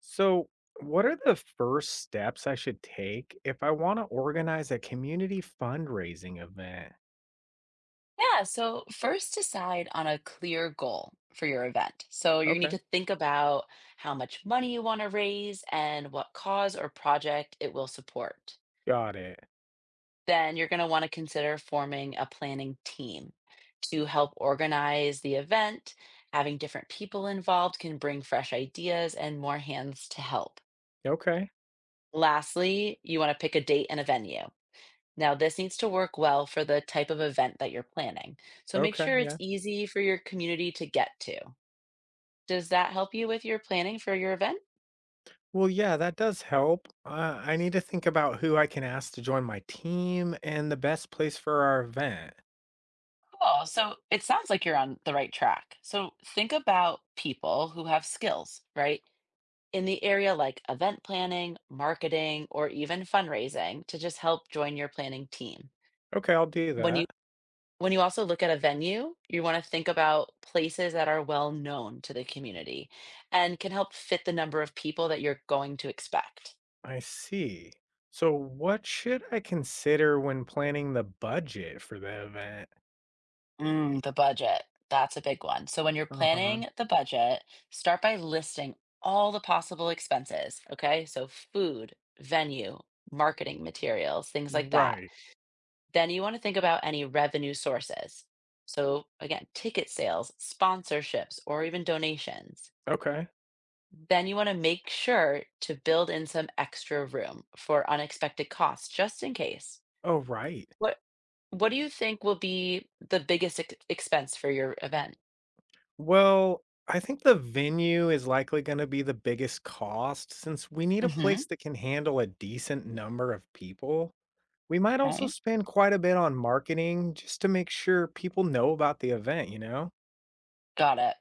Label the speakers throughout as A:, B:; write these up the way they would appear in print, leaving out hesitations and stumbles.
A: So, what are the first steps I should take if I want to organize a community fundraising event?
B: Yeah, so first decide on a clear goal for your event. So you need
A: Okay,
B: to think about how much money you want to raise and what cause or project it will support.
A: got it.
B: Then you're going to want to consider forming a planning team to help organize the event. Having different people involved can bring fresh ideas and more hands to help.
A: Okay,
B: Lastly, you want to pick a date and a venue. Now, this needs to work well for the type of event that you're planning. So make
A: okay,
B: sure it's
A: yeah.
B: easy for your community to get to. Does that help you with your planning for your event?
A: Well, yeah, that does help. I need to think about who I can ask to join my team and the best place for our event.
B: Cool. So it sounds like you're on the right track. So think about people who have skills, right? In the area like event planning, marketing, or even fundraising to just help join your planning team.
A: Okay, I'll do
B: When you
A: that.
B: when you also look at a venue, you want to think about places that are well known to the community and can help fit the number of people that you're going to expect.
A: I see. So, what should I consider when planning the budget for the event?
B: The budget, that's a big one. So when you're
A: Uh huh.
B: planning the budget, start by listing all the possible expenses, okay? So food, venue, marketing materials, things like that.
A: Right.
B: Then you want to think about any revenue sources. So again, ticket sales, sponsorships, or even donations.
A: Okay.
B: Then you want to make sure to build in some extra room for unexpected costs, just in case.
A: Oh, right.
B: What What do you think will be the biggest expense for your event?
A: Well, I think the venue is likely going to be the biggest cost since we need a place
B: Hmm.
A: that can handle a decent number of people. We might also
B: Okay,
A: spend quite a bit on marketing just to make sure people know about the event?
B: got it.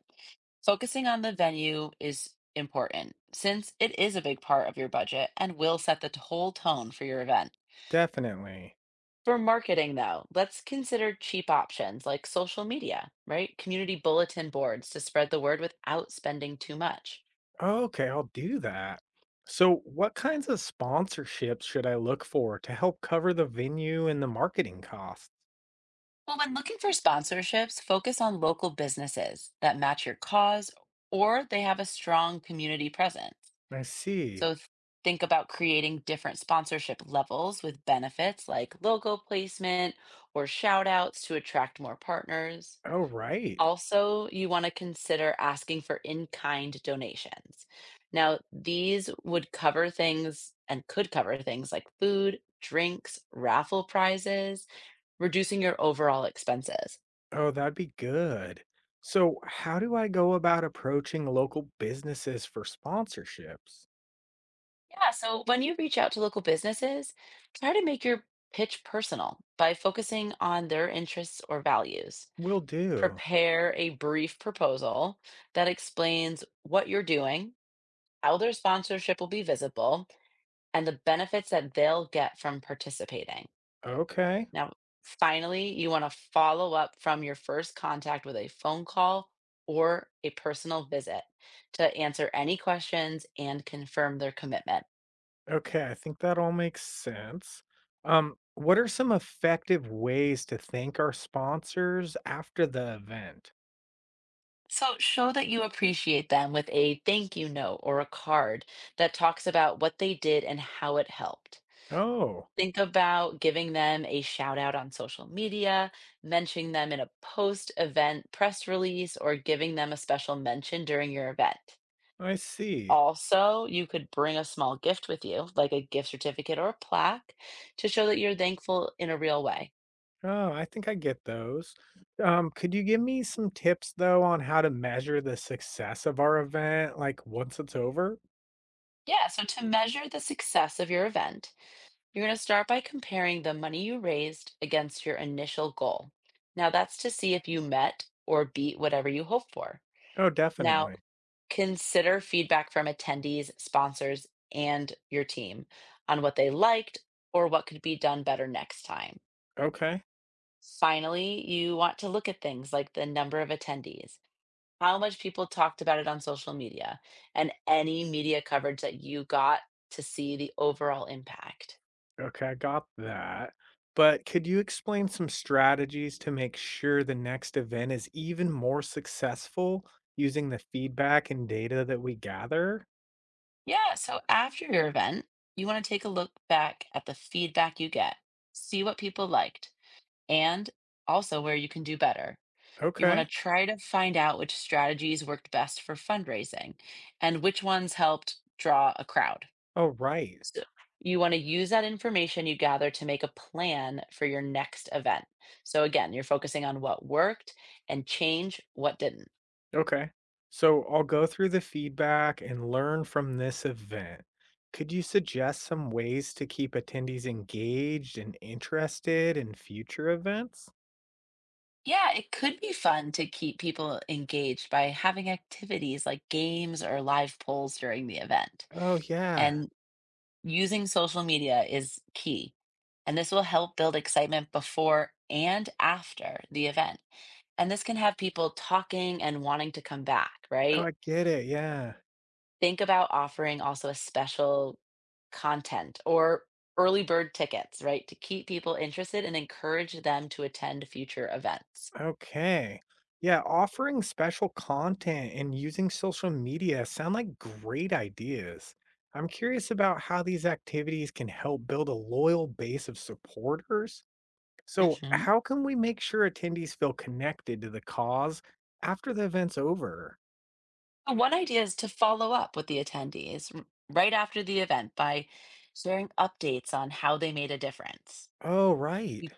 B: Focusing on the venue is important since it is a big part of your budget and will set the whole tone for your event.
A: Definitely.
B: For marketing, though, let's consider cheap options like social media, right? Community bulletin boards to spread the word without spending too much.
A: Okay, I'll do that. So, what kinds of sponsorships should I look for to help cover the venue and the marketing costs?
B: Well, when looking for sponsorships, focus on local businesses that match your cause or they have a strong community presence.
A: I see.
B: So think about creating different sponsorship levels with benefits like logo placement or shout outs to attract more partners.
A: All right.
B: Also, you want to consider asking for in kind donations. Now, these would cover things and could cover things like food, drinks, raffle prizes, reducing your overall expenses.
A: Oh, that'd be good. So, how do I go about approaching local businesses for sponsorships?
B: Yeah, so when you reach out to local businesses, try to make your pitch personal by focusing on their interests or values.
A: Will do.
B: Prepare a brief proposal that explains what you're doing, how their sponsorship will be visible, and the benefits that they'll get from participating.
A: Okay.
B: Now, finally, you want to follow up from your first contact with a phone call or a personal visit to answer any questions and confirm their commitment.
A: Okay, I think that all makes sense. What are some effective ways to thank our sponsors after the event?
B: So show that you appreciate them with a thank you note or a card that talks about what they did and how it helped.
A: Oh,
B: Think about giving them a shout out on social media, mentioning them in a post event press release, or giving them a special mention during your event.
A: I see.
B: Also, you could bring a small gift with you, like a gift certificate or a plaque, to show that you're thankful in a real way.
A: Oh, I think I get those. Could you give me some tips though on how to measure the success of our event, like once it's over?
B: Yeah, so to measure the success of your event, you're going to start by comparing the money you raised against your initial goal. Now, that's to see if you met or beat whatever you hoped for.
A: Oh,
B: Now,
A: definitely.
B: consider feedback from attendees, sponsors, and your team on what they liked or what could be done better next time.
A: Okay.
B: Finally, you want to look at things like the number of attendees, how much people talked about it on social media, and any media coverage that you got to see the overall impact.
A: Okay, I got that. But could you explain some strategies to make sure the next event is even more successful using the feedback and data that we gather?
B: Yeah, so after your event, you want to take a look back at the feedback you get, see what people liked, and also where you can do better. You want to
A: Okay.
B: try to find out which strategies worked best for fundraising and which ones helped draw a crowd.
A: Oh, right.
B: So you want to use that information you gather to make a plan for your next event. So again, you're focusing on what worked and change what didn't.
A: Okay. So I'll go through the feedback and learn from this event. Could you suggest some ways to keep attendees engaged and interested in future events?
B: Yeah, it could be fun to keep people engaged by having activities like games or live polls during the event.
A: Oh, yeah.
B: And using social media is key. And this will help build excitement before and after the event. And this can have people talking and wanting to come back,
A: Oh,
B: right?
A: I get it. Yeah.
B: Think about offering also a special content or early bird tickets, right? To keep people interested and encourage them to attend future events.
A: Okay. Yeah, offering special content and using social media sound like great ideas. I'm curious about how these activities can help build a loyal base of supporters. So,
B: Mhm.
A: how can we make sure attendees feel connected to the cause after the event's over?
B: One idea is to follow up with the attendees right after the event by sharing updates on how they made a difference.
A: Oh, right.
B: You,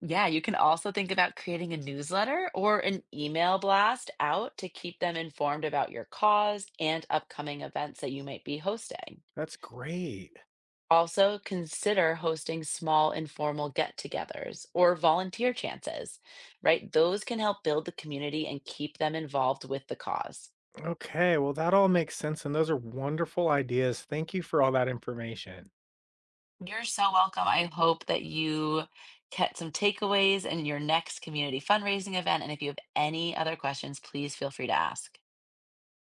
B: yeah, you can also think about creating a newsletter or an email blast out to keep them informed about your cause and upcoming events that you might be hosting.
A: That's great.
B: Also, consider hosting small informal get togethers or volunteer chances, right? Those can help build the community and keep them involved with the cause.
A: Okay. Well, that all makes sense. And those are wonderful ideas. Thank you for all that information.
B: You're so welcome. I hope that you get some takeaways in your next community fundraising event. And if you have any other questions, please feel free to ask.